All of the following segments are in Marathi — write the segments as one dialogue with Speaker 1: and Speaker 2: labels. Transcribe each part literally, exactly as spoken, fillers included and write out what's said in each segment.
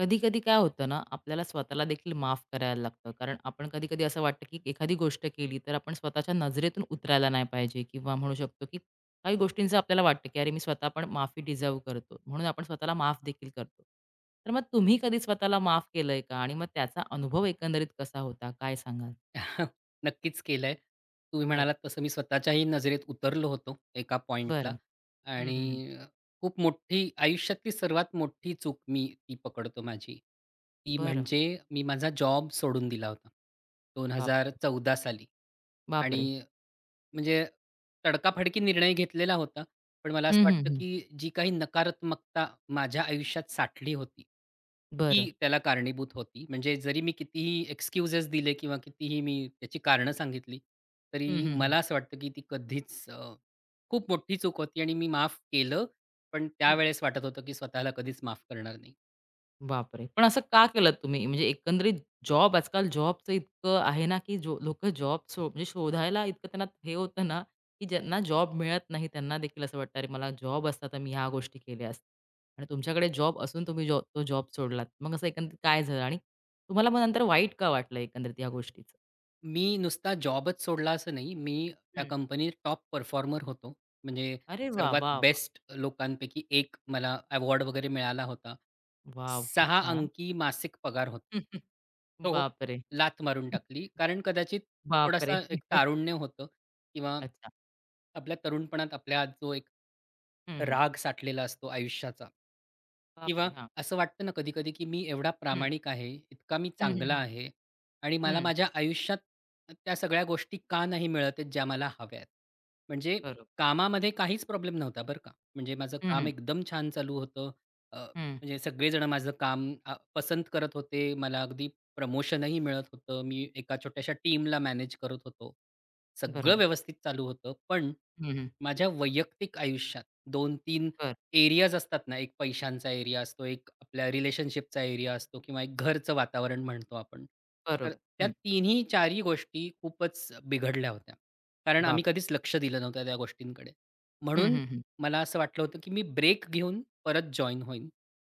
Speaker 1: कधी-कधी काय होतं ना, आपल्याला स्वतःला देखील माफ करायला लागतं. कारण आपण कधी-कधी असं वाटतं, की एखादी गोष्ट केली तर आपण स्वतःच्या नजरेतून उतरायला नाही पाहिजे किंवा म्हणू शकतो, की काही गोष्टींचं आपल्याला वाटतं, की "अरे, मी स्वतः पण माफी डिझर्व्ह करतो." म्हणून आपण स्वतःला माफ देखील करतो. तर मग तुम्ही कधी स्वतःला माफ केलंय का? आणि मग त्याचा अनुभव एकंदरीत कसा होता? काय सांगाल?
Speaker 2: नक्कीच केलंय. तुम्ही
Speaker 1: बरं.
Speaker 2: म्हणालात तसं मी स्वतःच्याही नजरेत उतरलो होतो एका पॉइंटला
Speaker 1: बरं. हं, हं, हं.
Speaker 2: आणि अ, खूप मोठी आयुष्यातली सर्वात मोठी चूक मी ती पकडतो माझी. ती
Speaker 1: बरं.
Speaker 2: म्हणजे मी माझा जॉब सोडून दिला होता.
Speaker 1: बापरे!
Speaker 2: दोन हजार चौदा साली आणि
Speaker 1: बापरे!
Speaker 2: म्हणजे तडकाफडकी निर्णय घेतलेला होता. पण मला असं
Speaker 1: हं, हं,
Speaker 2: वाटतं,
Speaker 1: हं.
Speaker 2: की जी काही नकारात्मकता माझ्या आयुष्यात साठली होती,
Speaker 1: बरं.
Speaker 2: ती त्याला कारणीभूत होती. म्हणजे जरी मी कितीही एक्सक्यूजेस दिले किंवा कितीही मी त्याची कारणं सांगितली,
Speaker 1: हं,
Speaker 2: तरी
Speaker 1: हं,
Speaker 2: मला असं वाटतं, की ती कधीच अ, खूप मोठी चूक होती आणि मी माफ केलं. पण
Speaker 1: हं.
Speaker 2: त्यावेळेस वाटत होतं, की स्वतःला कधीच माफ करणार नाही.
Speaker 1: बापरे! पण असं का केलत तुम्ही? म्हणजे एकंदरीत जॉब आजकाल जॉबचं इतकं आहे ना, की जो लोकं जॉब सो म्हणजे शोधायला इतकं त्यांना हे होतं ना, की ज्यांना जॉब मिळत नाही त्यांना देखील असं वाटतं, "अरे मला जॉब असता तर मी ह्या गोष्टी केल्या असत्या." आणि तुमच्याकडे जॉब असून तुम्ही जॉ तो जॉब सोडलात. मग असं एकंदरीत काय झालं? आणि तुम्हाला मग नंतर वाईट का वाटलं एकंदरीत या गोष्टीचं?
Speaker 2: मी नुसता जॉबच सोडला असं नाही. मी त्या
Speaker 1: हं.
Speaker 2: कंपनीत टॉप परफॉर्मर होतो. म्हणजे
Speaker 1: अरे वाह!
Speaker 2: सर्वात
Speaker 1: वाह! वाह!
Speaker 2: बेस्ट लोकांपैकी एक मला अवॉर्ड वगैरे मिळाला होता.
Speaker 1: वॉव! खूप
Speaker 2: सहा
Speaker 1: छान.
Speaker 2: अंकी मासिक पगार होता. तो
Speaker 1: बापरे!
Speaker 2: लाथ मारून टाकली. कारण कदाचित
Speaker 1: बापरे!
Speaker 2: थोडासा एक तारुण्य होतं किंवा
Speaker 1: अच्छा.
Speaker 2: आपल्या तरुणपणात आपल्या आत जो एक
Speaker 1: हं, हं.
Speaker 2: राग साठलेला असतो आयुष्याचा किंवा
Speaker 1: बापरे! हां.
Speaker 2: असं वाटतं ना कधी-कधी, की मी एवढा
Speaker 1: हं.
Speaker 2: प्रामाणिक आहे, इतका मी
Speaker 1: हं, हं,
Speaker 2: चांगला
Speaker 1: हं.
Speaker 2: आहे आणि मला
Speaker 1: हं.
Speaker 2: माझ्या आयुष्यात त्या सगळ्या गोष्टी का नाही मिळत आहेत, ज्या मला हव्यात, आहेत? म्हणजे
Speaker 1: बरोबर.
Speaker 2: कामामध्ये काहीच प्रॉब्लेम नव्हता बरं का. म्हणजे माझं काम एकदम छान चालू होतं. अ,
Speaker 1: हं,
Speaker 2: म्हणजे सगळेजण माझं काम अ, पसंत करत होते. मला अगदी प्रमोशनही मिळत होतं. मी एका छोट्याशा टीमला मॅनेज करत होतो. सगळं
Speaker 1: बरोबर.
Speaker 2: व्यवस्थित चालू होतं. पण
Speaker 1: हं, हं.
Speaker 2: माझ्या वैयक्तिक आयुष्यात दोन तीन
Speaker 1: बरं,
Speaker 2: एरियाज असतात ना, एक पैशांचा एरिया असतो, एक आपल्या रिलेशनशिपचा एरिया असतो किंवा एक घरचं वातावरण म्हणतो आपण. तर
Speaker 1: बरोबर.
Speaker 2: त्या
Speaker 1: हं,
Speaker 2: तिन्ही चारही गोष्टी खूपच बिघडल्या होत्या. कारण आम्ही
Speaker 1: बाप
Speaker 2: कधीच लक्ष दिलं नव्हतं त्या गोष्टींकडे.
Speaker 1: हं,
Speaker 2: म्हणून
Speaker 1: हं, हं.
Speaker 2: मला असं वाटलं होतं, की मी ब्रेक घेऊन परत जॉइन होईन.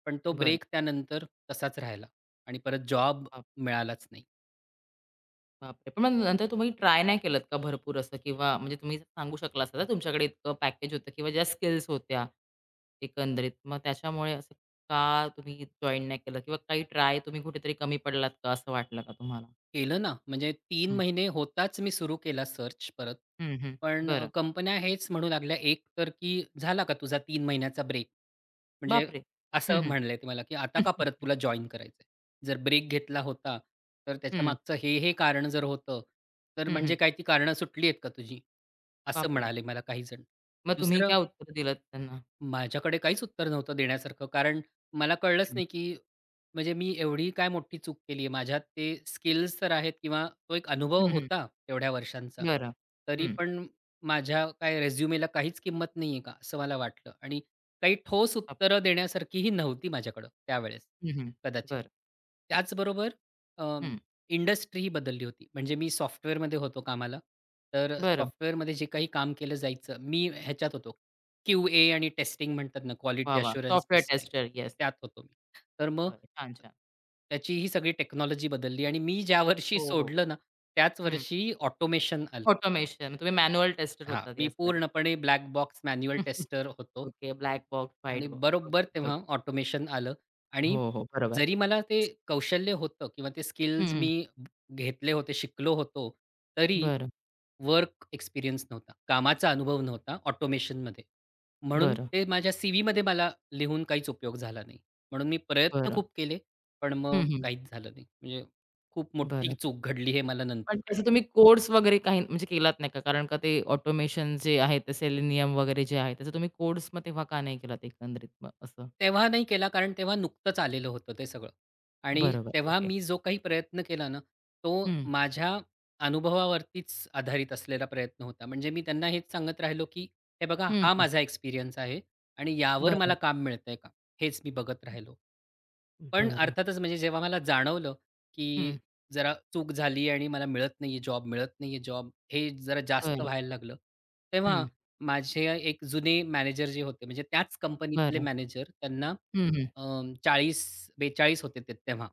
Speaker 2: पण तो
Speaker 1: बरं.
Speaker 2: ब्रेक त्यानंतर तसाच राहिला आणि परत जॉब
Speaker 1: बाप
Speaker 2: मिळालाच नाही.
Speaker 1: बापरे! पण मग नंतर तुम्ही ट्राय नाही केलत का भरपूर असं किंवा म्हणजे तुम्ही सांगू शकला असता ना, तुमच्याकडे इतकं पॅकेज होतं किंवा ज्या स्किल्स होत्या एकंदरीत. मग त्याच्यामुळे असं का तुम्ही जॉइन नाही केलं किंवा काही ट्राय तुम्ही कुठेतरी कमी पडलात का, असं वाटलं का तुम्हाला?
Speaker 2: केलं ना, म्हणजे तीन
Speaker 1: हं,
Speaker 2: महिने होताच मी सुरू केला सर्च परत.
Speaker 1: हं, हं.
Speaker 2: पण अ,
Speaker 1: बरं.
Speaker 2: कंपन्या हेच म्हणू लागल्या एक तर, की "झाला का तुझा तीन महिन्याचा ब्रेक?" म्हणजे
Speaker 1: बापरे! हं,
Speaker 2: असं
Speaker 1: हं.
Speaker 2: म्हणले ते मला, की "आता का परत तुला जॉइन करायचंय? जर ब्रेक घेतला होता, तर
Speaker 1: हं,
Speaker 2: त्याच्यामागचं हे, हे कारण जर होतं, तर
Speaker 1: हं, हं.
Speaker 2: म्हणजे काय ती कारणं सुटली आहेत का तुझी?" असं
Speaker 1: बापरे!
Speaker 2: म्हणाले मला काही जण.
Speaker 1: मग तुम्ही
Speaker 2: दुसरं
Speaker 1: काय उत्तर दिलत त्यांना?
Speaker 2: माझ्याकडे काहीच उत्तर नव्हतं देण्यासारखं. कारण मला कळलंच
Speaker 1: हं,
Speaker 2: नाही, की म्हणजे मी एवढी काय मोठी चूक केली आहे. माझ्यात ते स्किल्स तर आहेत किंवा तो एक अनुभव
Speaker 1: हं, हं.
Speaker 2: होता तेवढ्या वर्षांचा.
Speaker 1: बरं.
Speaker 2: तरी
Speaker 1: हं,
Speaker 2: पण माझ्या काय रिझ्युमेला काहीच किंमत नाही आहे का? असं मला वाटलं आणि काही ठोस
Speaker 1: बाप
Speaker 2: उत्तरं देण्यासारखीही नव्हती माझ्याकडं त्यावेळेस
Speaker 1: हं, हं.
Speaker 2: कदाचित.
Speaker 1: बरं.
Speaker 2: त्याचबरोबर
Speaker 1: हं,
Speaker 2: इंडस्ट्रीही बदलली होती. म्हणजे मी सॉफ्टवेअरमध्ये होतो कामाला. तर
Speaker 1: बरं.
Speaker 2: सॉफ्टवेअरमध्ये जे काही काम केलं जायचं, मी ह्याच्यात होतो क्यू-ए आणि टेस्टिंग म्हणतात ना,
Speaker 1: वाह,
Speaker 2: क्वालिटी
Speaker 1: वाह!
Speaker 2: Assurance
Speaker 1: software
Speaker 2: testing,
Speaker 1: tester. Yes.
Speaker 2: त्यात होतो मी. तर मग
Speaker 1: बरं. छान, छान.
Speaker 2: त्याची ही सगळी टेक्नॉलॉजी बदलली आणि मी ज्या वर्षी
Speaker 1: हो, हो.
Speaker 2: सोडलं ना, त्याच
Speaker 1: हं.
Speaker 2: वर्षी ऑटोमेशन आलं.
Speaker 1: ऑटोमेशन. तुम्ही मॅन्युअल टेस्टर
Speaker 2: हां,
Speaker 1: होतात
Speaker 2: मी
Speaker 1: याचा अर्थ.
Speaker 2: पूर्णपणे ब्लॅक बॉक्स मॅन्युअल टेस्टर होतो
Speaker 1: ओके. ब्लॅक बॉक्स, व्हाईट
Speaker 2: आणि
Speaker 1: बॉक्स.
Speaker 2: बरोबर
Speaker 1: ओके,
Speaker 2: तेव्हा
Speaker 1: ओके.
Speaker 2: ऑटोमेशन आलं आणि
Speaker 1: हो, हो. बरोबर.
Speaker 2: जरी मला ते कौशल्य होतं किंवा ते
Speaker 1: हं,
Speaker 2: स्किल्स
Speaker 1: हं.
Speaker 2: मी घेतले होते, शिकलो होतो, तरी
Speaker 1: बरं,
Speaker 2: वर्क एक्सपिरियन्स नव्हता. कामाचा अनुभव नव्हता ऑटोमेशनमध्ये. म्हणून
Speaker 1: बरं,
Speaker 2: ते माझ्या सी-व्हीमध्ये मला लिहून काहीच उपयोग झाला नाही. म्हणून मी प्रयत्न
Speaker 1: बरं.
Speaker 2: खूप केले, पण
Speaker 1: हं,
Speaker 2: मग
Speaker 1: हं.
Speaker 2: काहीच झालं नाही. म्हणजे खूप मोठी
Speaker 1: बरं.
Speaker 2: चूक घडली हे मला नंतर
Speaker 1: पण त्याचे
Speaker 2: कळलं.
Speaker 1: तुम्ही कोड्स वगैरे काही म्हणजे केलात नाही का? कारण का ते ऑटोमेशन जे आहे, ते सेलेनियम वगैरे जे आहे, त्याचे तुम्ही कोड्स मग तेव्हा का नाही केलात एकंदरीत मग असं?
Speaker 2: तेव्हा नाही केला, कारण तेव्हा नुकतंच आलेलं होतं ते सगळं आणि
Speaker 1: बरोबर.
Speaker 2: तेव्हा
Speaker 1: ओके.
Speaker 2: मी जो काही प्रयत्न केला ना, तो
Speaker 1: हं,
Speaker 2: माझ्या अनुभवावरतीच आधारित असलेला प्रयत्न होता. म्हणजे मी त्यांना हेच सांगत राहिलो, की "हे बघा,
Speaker 1: हं,
Speaker 2: हा
Speaker 1: हं.
Speaker 2: माझा एक्सपिरियन्स आहे आणि यावर
Speaker 1: बरं,
Speaker 2: मला काम मिळतंय का? हेच मी बघत राहिलो." पण
Speaker 1: बरं.
Speaker 2: अर्थातच म्हणजे जेव्हा मला जाणवलं, की
Speaker 1: हं,
Speaker 2: जरा चूक झाली आणि मला मिळत नाहीये जॉब, मिळत नाहीये जॉब, हे जरा जास्त
Speaker 1: बरं.
Speaker 2: व्हायला लागलं, तेव्हा
Speaker 1: हं,
Speaker 2: माझे एक जुने मॅनेजर जे होते, म्हणजे त्याच कंपनीतले
Speaker 1: बरं.
Speaker 2: मॅनेजर त्यांना
Speaker 1: हं, हं.
Speaker 2: अ, चाळीस बेचाळीस होते ते तेव्हा.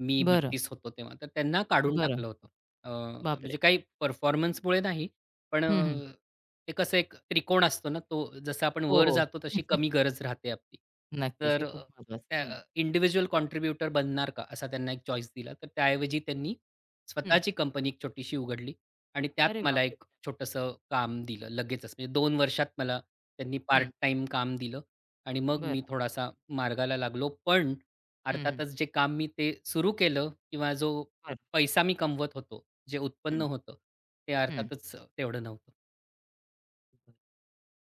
Speaker 2: मी
Speaker 1: बरं,
Speaker 2: बत्तीस होतो तेव्हा. तर त्यांना काढून
Speaker 1: बरं.
Speaker 2: टाकलं होतं. अ,
Speaker 1: बापरे!
Speaker 2: म्हणजे काही परफॉर्मन्समुळे नाही, पण
Speaker 1: हं, हं.
Speaker 2: अ, ते कसं एक त्रिकोण असतो ना, तो जसं आपण
Speaker 1: हो,
Speaker 2: वर
Speaker 1: हो.
Speaker 2: जातो तशी कमी गरज राहते आपली.
Speaker 1: नक्कीच. हे
Speaker 2: तर
Speaker 1: खूप महत्वाचं. हं,
Speaker 2: इंडिव्हिज्युअल
Speaker 1: बोल.
Speaker 2: कॉन्ट्रिब्युटर बनणार का, असा त्यांना एक चॉईस दिला. तर त्याऐवजी त्यांनी
Speaker 1: हं.
Speaker 2: स्वतःची कंपनी एक छोटीशी उघडली. आणि त्यात
Speaker 1: अरे वाह!
Speaker 2: मला एक छोटंसं काम दिलं लगेचच. म्हणजे दोन वर्षात मला त्यांनी
Speaker 1: हं,
Speaker 2: पार्ट टाइम काम दिलं आणि मग मी
Speaker 1: बरं.
Speaker 2: थोडासा मार्गाला लागलो. पण
Speaker 1: हं, हं.
Speaker 2: अर्थातच जे काम मी ते सुरू केलं किंवा जो
Speaker 1: बरं.
Speaker 2: पैसा मी कमवत होतो, जे उत्पन्न
Speaker 1: हं,
Speaker 2: होतं, ते
Speaker 1: हं.
Speaker 2: अर्थातच तेवढं नव्हतं.
Speaker 1: बरं.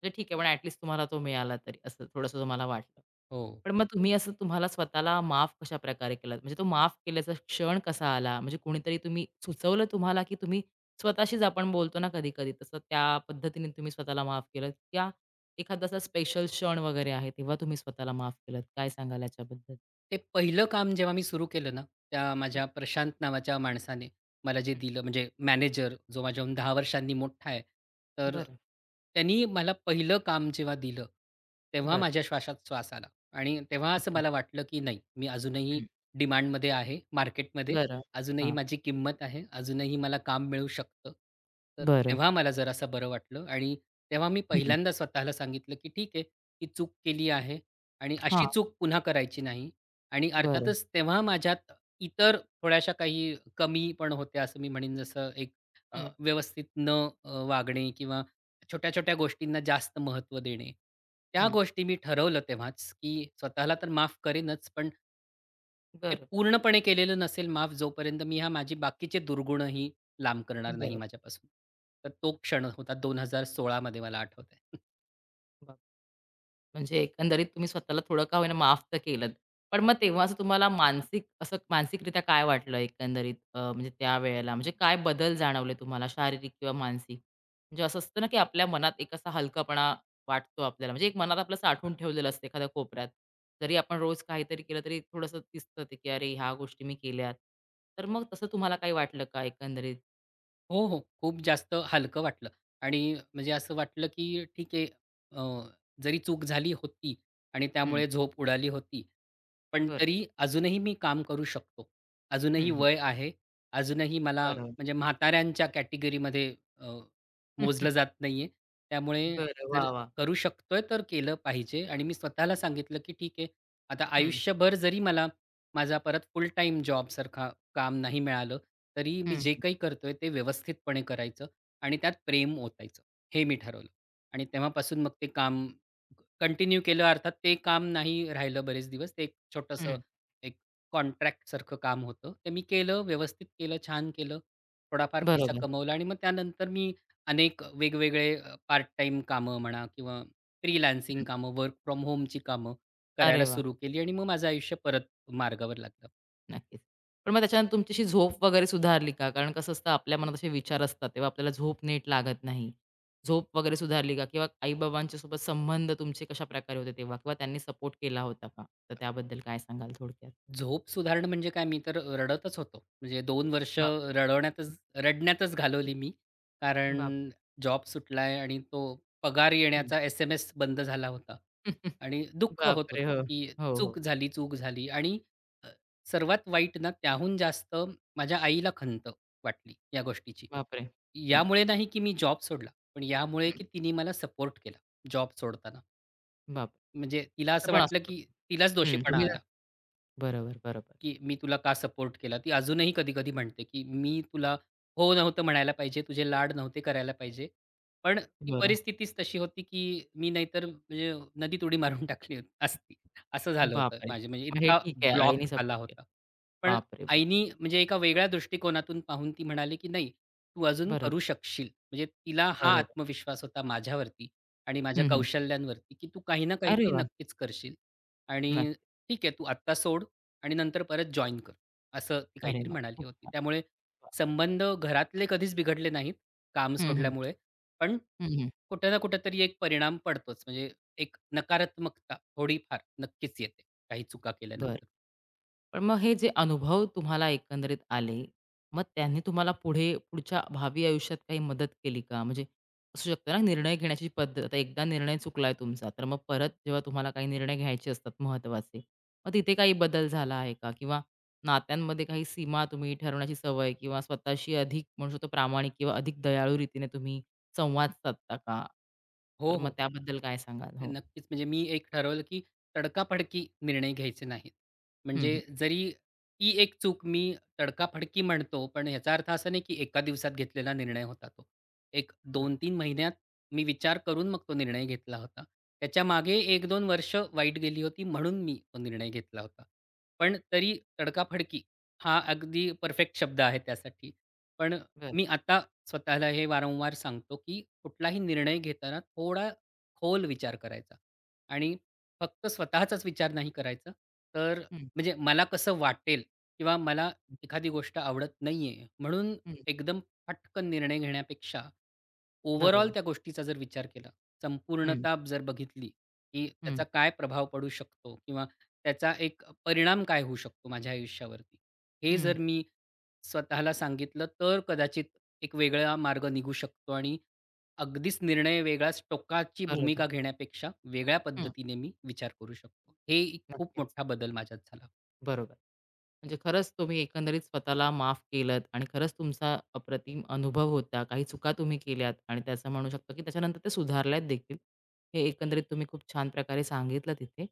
Speaker 1: म्हणजे ठीक आहे, पण ॲट लीस्ट तुम्हाला तो मिळाला तरी, असं थोडंसं तुम्हाला वाटलं.
Speaker 2: हो.
Speaker 1: पण मग तुम्ही असं तुम्हाला स्वतःला माफ कशाप्रकारे केलात? म्हणजे तो माफ केल्याचा क्षण कसा आला? म्हणजे कोणीतरी तुम्ही सुचवलं तुम्हाला, की तुम्ही स्वतःशीच आपण बोलतो ना कधी-कधी, तसं त्या पद्धतीने तुम्ही स्वतःला माफ केलंत? या एखादा असा स्पेशल क्षण वगैरे आहे, तेव्हा तुम्ही स्वतःला माफ केलंत? काय सांगाल याच्याबद्दल?
Speaker 2: ते पहिलं काम जेव्हा मी सुरू केलं ना, त्या
Speaker 1: हं,
Speaker 2: माझ्या प्रशांत नावाच्या माणसाने मला जे
Speaker 1: हं.
Speaker 2: दिलं म्हणजे मॅनेजर जो माझ्याहून दहा वर्षांनी मोठा आहे. तर
Speaker 1: बरं,
Speaker 2: त्यांनी मला पहिलं काम जेव्हा दिलं, तेव्हा
Speaker 1: बरं.
Speaker 2: माझ्या श्वासात श्वास आला आणि तेव्हा
Speaker 1: हं,
Speaker 2: असं
Speaker 1: हं,
Speaker 2: मला वाटलं, की नाही मी अजूनही
Speaker 1: हं.
Speaker 2: डिमांडमध्ये आहे मार्केटमध्ये.
Speaker 1: बरं.
Speaker 2: अजूनही
Speaker 1: हां.
Speaker 2: माझी किंमत आहे. अजूनही मला काम मिळू शकतं. तर
Speaker 1: बरं.
Speaker 2: तेव्हा मला जरासं बरं वाटलं आणि तेव्हा मी
Speaker 1: हं.
Speaker 2: पहिल्यांदा स्वतःला सांगितलं, की ठीक आहे, ही चूक केली आहे आणि
Speaker 1: हां.
Speaker 2: अशी चूक पुन्हा करायची नाही. आणि
Speaker 1: बरं.
Speaker 2: अर्थातच तेव्हा माझ्यात इतर थोड्याशा काही कमी पण होत्या असं मी म्हणेन जसं एक अ,
Speaker 1: हं,
Speaker 2: व्यवस्थित न अ, वागणे किंवा छोट्या-छोट्या गोष्टींना जास्त महत्त्व देणे. त्या
Speaker 1: हं.
Speaker 2: गोष्टी मी ठरवलं तेव्हाच, की स्वतःला तर माफ करेनच, पण ते
Speaker 1: बरं,
Speaker 2: पूर्णपणे केलेलं नसेल माफ जोपर्यंत मी ह्या माझी बाकीचे दुर्गुणही लांब करणार नाही
Speaker 1: बरं.
Speaker 2: माझ्यापासून. तर तो क्षण होता दोन हजार सोळा मध्ये मला आठवतंय.
Speaker 1: म्हणजे एकंदरीत तुम्ही स्वतःला थोडं का होईना माफ तर केलंत. पण मग तेव्हा असं तुम्हाला मानसिक असं मानसिकरित्या काय वाटलं एकंदरीत अ, म्हणजे त्यावेळेला? म्हणजे काय बदल जाणवले तुम्हाला शारीरिक किंवा मानसिक? म्हणजे असं असतं ना, की आपल्या मनात एक असा हलकापणा वाटतो आपल्याला. म्हणजे एक मनात आपलं साठवून ठेवलेलं असतं एखाद्या कोपऱ्यात. जरी आपण रोज काहीतरी केलं तरी थोडंसं दिसतं ते, की "अरे, ह्या गोष्टी मी केल्यात." तर मग तसं तुम्हाला काही वाटलं का एकंदरीत?
Speaker 2: हो, हो. खूप जास्त हलकं वाटलं आणि म्हणजे असं वाटलं, की ठीक आहे अ, जरी चूक झाली होती आणि
Speaker 1: हं,
Speaker 2: त्यामुळे झोप उडाली होती. पण
Speaker 1: बरं.
Speaker 2: तरी अजूनही मी काम करू शकतो.
Speaker 1: हं,
Speaker 2: अजूनही
Speaker 1: हं.
Speaker 2: वय आहे. अजूनही मला
Speaker 1: बरोबर.
Speaker 2: म्हणजे म्हाताऱ्यांच्या कॅटेगरीमध्ये अ,
Speaker 1: हम्म, हम्म,
Speaker 2: मोजलं जात नाहीये. त्यामुळे
Speaker 1: बरं.
Speaker 2: जर
Speaker 1: वाह, वाह!
Speaker 2: करू शकतोय तर केलं पाहिजे आणि मी स्वतःला सांगितलं, की ठीक आहे आता
Speaker 1: हं,
Speaker 2: आयुष्यभर जरी मला माझा परत फुल टाईम जॉबसारखा काम नाही मिळालं, तरी मी
Speaker 1: हं,
Speaker 2: जे
Speaker 1: हं.
Speaker 2: काही करतोय ते व्यवस्थितपणे करायचं आणि त्यात प्रेम ओतायचं, हे मी ठरवलं. आणि तेव्हापासून मग ते काम कंटिन्यू केलं. अर्थात ते काम नाही राहिलं बरेच दिवस. ते एक छोटंसं
Speaker 1: हं,
Speaker 2: एक कॉन्ट्रॅक्टसारखं काम होतं. ते मी केलं, व्यवस्थित केलं, छान केलं. थोडाफार पैसा
Speaker 1: बरोबर.
Speaker 2: कमवला आणि मग त्यानंतर मी अनेक वेगवेगळे पार्ट टाईम कामं म्हणा किंवा फ्रीलान्सिंग कामं, वर्क फ्रॉम होमची कामं
Speaker 1: अरे
Speaker 2: करायला
Speaker 1: वाह!
Speaker 2: सुरू केली आणि मग माझं आयुष्य परत मार्गावर लागलं.
Speaker 1: नक्कीच. पण मग त्याच्यानंतर तुमची झोप वगैरे सुधारली का? कारण कसं असतं आपल्या मनात असे विचार असतात, तेव्हा आपल्याला झोप नीट लागत नाही. झोप वगैरे सुधारली का? किंवा आई सोबत संबंध तुमचे कशाप्रकारे होते तेव्हा? किंवा त्यांनी सपोर्ट केला होता का? तर त्याबद्दल काय सांगाल थोडक्यात?
Speaker 2: झोप सुधारणं म्हणजे काय? मी तर रडतच होतो. म्हणजे दोन वर्ष
Speaker 1: बापरे! हं,
Speaker 2: रडवण्यातच रडण्यातच घालवली मी.
Speaker 1: हं.
Speaker 2: कारण
Speaker 1: बापरे!
Speaker 2: जॉब सुटलाय आणि तो पगार
Speaker 1: हं.
Speaker 2: येण्याचा एस-एम-एस बंद झाला होता. आणि दुःख होत होतं,
Speaker 1: बापरे! हो.
Speaker 2: की
Speaker 1: हो,
Speaker 2: चूक
Speaker 1: हो.
Speaker 2: झाली, चूक झाली आणि अ, सर्वात वाईट ना त्याहून जास्त माझ्या आईला खंत वाटली या गोष्टीची.
Speaker 1: बापरे! हं,
Speaker 2: यामुळे नाही, की मी जॉब सोडला, पण यामुळे,
Speaker 1: हं.
Speaker 2: की तिने मला सपोर्ट केला जॉब सोडताना.
Speaker 1: बापरे!
Speaker 2: म्हणजे तिला
Speaker 1: असं
Speaker 2: असं
Speaker 1: पण
Speaker 2: वाटलं,
Speaker 1: असू
Speaker 2: की
Speaker 1: शकतं.
Speaker 2: तिलाच
Speaker 1: हं,
Speaker 2: दोषीपणा
Speaker 1: तुम्ही
Speaker 2: आला.
Speaker 1: बरोबर, बरोबर.
Speaker 2: की मी तुला का सपोर्ट केला. ती अजूनही कधी-कधी म्हणते, की "मी तुला हो नव्हतं म्हणायला पाहिजे, तुझे लाड नव्हते करायला पाहिजे." पण ती
Speaker 1: बरं.
Speaker 2: परिस्थितीच तशी होती, की मी नाहीतर म्हणजे नदीत उडी मारून टाकली होती असती. असं झालं होतं
Speaker 1: बापरे!
Speaker 2: माझे म्हणजे
Speaker 1: मग हे
Speaker 2: इतका
Speaker 1: ठीक आहे. आईने
Speaker 2: ब्लॉक आला
Speaker 1: सपोर्ट केला.
Speaker 2: होता. पण
Speaker 1: बापरे! बापरे!
Speaker 2: आईनी म्हणजे एका वेगळ्या दृष्टिकोनातून पाहून ती म्हणाली, की "नाही, तू अजून
Speaker 1: बरोबर,
Speaker 2: करू शकशील." म्हणजे तिला हा
Speaker 1: बरोबर.
Speaker 2: आत्मविश्वास होता माझ्यावरती आणि माझ्या
Speaker 1: हं, हं.
Speaker 2: कौशल्यांवरती, की "तू काही ना
Speaker 1: अरे
Speaker 2: काहीतरी
Speaker 1: वाह!
Speaker 2: नक्कीच करशील आणि
Speaker 1: नक्की.
Speaker 2: ठीक आहे, तू आत्ता सोड. आणि नंतर परत जॉइन कर. असं ती
Speaker 1: अरे
Speaker 2: काहीतरी
Speaker 1: वाह!
Speaker 2: म्हणाली
Speaker 1: खूप
Speaker 2: होती.
Speaker 1: छान.
Speaker 2: त्यामुळे
Speaker 1: वाह!
Speaker 2: संबंध घरातले कधीच बिघडले नाहीत, काम
Speaker 1: हं, हं.
Speaker 2: सोडल्यामुळे. पण
Speaker 1: हं, हं.
Speaker 2: कुठे ना कुठेतरी एक परिणाम पडतोच. म्हणजे एक नकारात्मकता थोडीफार नक्कीच येते, काही चुका
Speaker 1: बरं.
Speaker 2: केल्यानंतर.
Speaker 1: पण मग हे जे अनुभव तुम्हाला एकंदरीत आले, मग त्यांनी तुम्हाला पुढे पुढच्या भावी आयुष्यात काही मदत केली का? म्हणजे असू शकतं ना निर्णय घेण्याची पद्धत. आता एकदा निर्णय चुकलाय तुमचा, तर मग परत जेव्हा तुम्हाला काही निर्णय घ्यायचे असतात महत्त्वाचे, मग तिथे काही बदल झाला आहे का? किंवा नात्यांमध्ये काही सीमा तुम्ही ठरवण्याची सवय किंवा स्वतःशी अधिक म्हणू शकतो प्रामाणिक किंवा अधिक दयाळू रीतीने तुम्ही संवाद साधता का? तर
Speaker 2: हो,
Speaker 1: मग
Speaker 2: हो.
Speaker 1: त्याबद्दल काय सांगाल? हो.
Speaker 2: नक्कीच. म्हणजे मी एक ठरवलं, की तडकाफडकी निर्णय घ्यायचे नाहीत.
Speaker 1: हं,
Speaker 2: म्हणजे
Speaker 1: हं.
Speaker 2: जरी ती एक चूक मी तडकाफडकी म्हणतो, पण ह्याचा अर्थ असा नाही, की एका दिवसात घेतलेला निर्णय होता तो. एक
Speaker 1: बरं,
Speaker 2: दोन तीन महिन्यात मी विचार करून मग तो निर्णय घेतला होता. त्याच्यामागे एक दोन वर्ष वाईट गेली होती, म्हणून मी तो निर्णय घेतला होता. पण तरी तडकाफडकी हा अगदी परफेक्ट शब्द आहे त्यासाठी. पण
Speaker 1: बरं.
Speaker 2: मी आता स्वतःला हे वारंवार सांगतो, की कुठलाही निर्णय घेताना थोडा खोल विचार करायचा आणि फक्त स्वतःचाच विचार नाही करायचा. तर
Speaker 1: हं,
Speaker 2: म्हणजे मला कसं वाटेल किंवा मला
Speaker 1: हं,
Speaker 2: एखादी गोष्ट आवडत नाहीये म्हणून
Speaker 1: हं.
Speaker 2: एकदम पटकन निर्णय घेण्यापेक्षा ओव्हरऑल
Speaker 1: बरोबर.
Speaker 2: त्या गोष्टीचा जर विचार केला,
Speaker 1: हं,
Speaker 2: संपूर्णता जर बघितली, की
Speaker 1: हं,
Speaker 2: त्याचा काय प्रभाव पडू शकतो किंवा त्याचा एक परिणाम काय होऊ शकतो माझ्या आयुष्यावरती, हे
Speaker 1: हं.
Speaker 2: जर मी स्वतःला सांगितलं, तर कदाचित एक वेगळा मार्ग निघू शकतो आणि अगदीच निर्णय वेगळाच टोकाची
Speaker 1: बरोबर.
Speaker 2: भूमिका घेण्यापेक्षा वेगळ्या
Speaker 1: हं.
Speaker 2: पद्धतीने मी विचार करू शकतो. हे एक खूप
Speaker 1: नक्कीच.
Speaker 2: मोठा बदल माझ्यात झाला.
Speaker 1: बरोबर. म्हणजे खरंच तुम्ही एकंदरीत स्वतःला माफ केलत आणि खरंच तुमचा अप्रतिम अनुभव होता. काही चुका तुम्ही केल्यात आणि त्याचं म्हणू शकतो, की त्याच्यानंतर ते सुधारल्यात देखील. हे एकंदरीत तुम्ही खूप छान प्रकारे सांगितलं तिथे.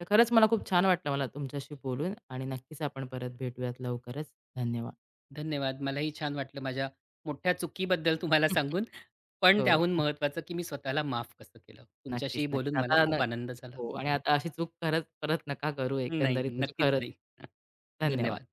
Speaker 1: तर खरंच मला खूप छान वाटलं मला तुमच्याशी बोलून आणि नक्कीच आपण परत भेटूयात लवकरच. धन्यवाद.
Speaker 2: धन्यवाद. मलाही छान वाटलं माझ्या मोठ्या चुकीबद्दल तुम्हाला सांगून. पण त्याहून
Speaker 1: हो.
Speaker 2: महत्त्वाचं की मी स्वतःला माफ कसं केलं.
Speaker 1: नक्कीच,
Speaker 2: तुमच्याशी
Speaker 1: नक्कीच.
Speaker 2: बोलून मला
Speaker 1: आता न
Speaker 2: खूप आनंद झाला.
Speaker 1: हो आणि आता अशी चूक खरंच परत नका करू
Speaker 2: नाही,
Speaker 1: एकंदरीत म्हणजे
Speaker 2: नक्कीच
Speaker 1: खरंच.
Speaker 2: नाही. धन्यवाद.
Speaker 1: धन्यवाद.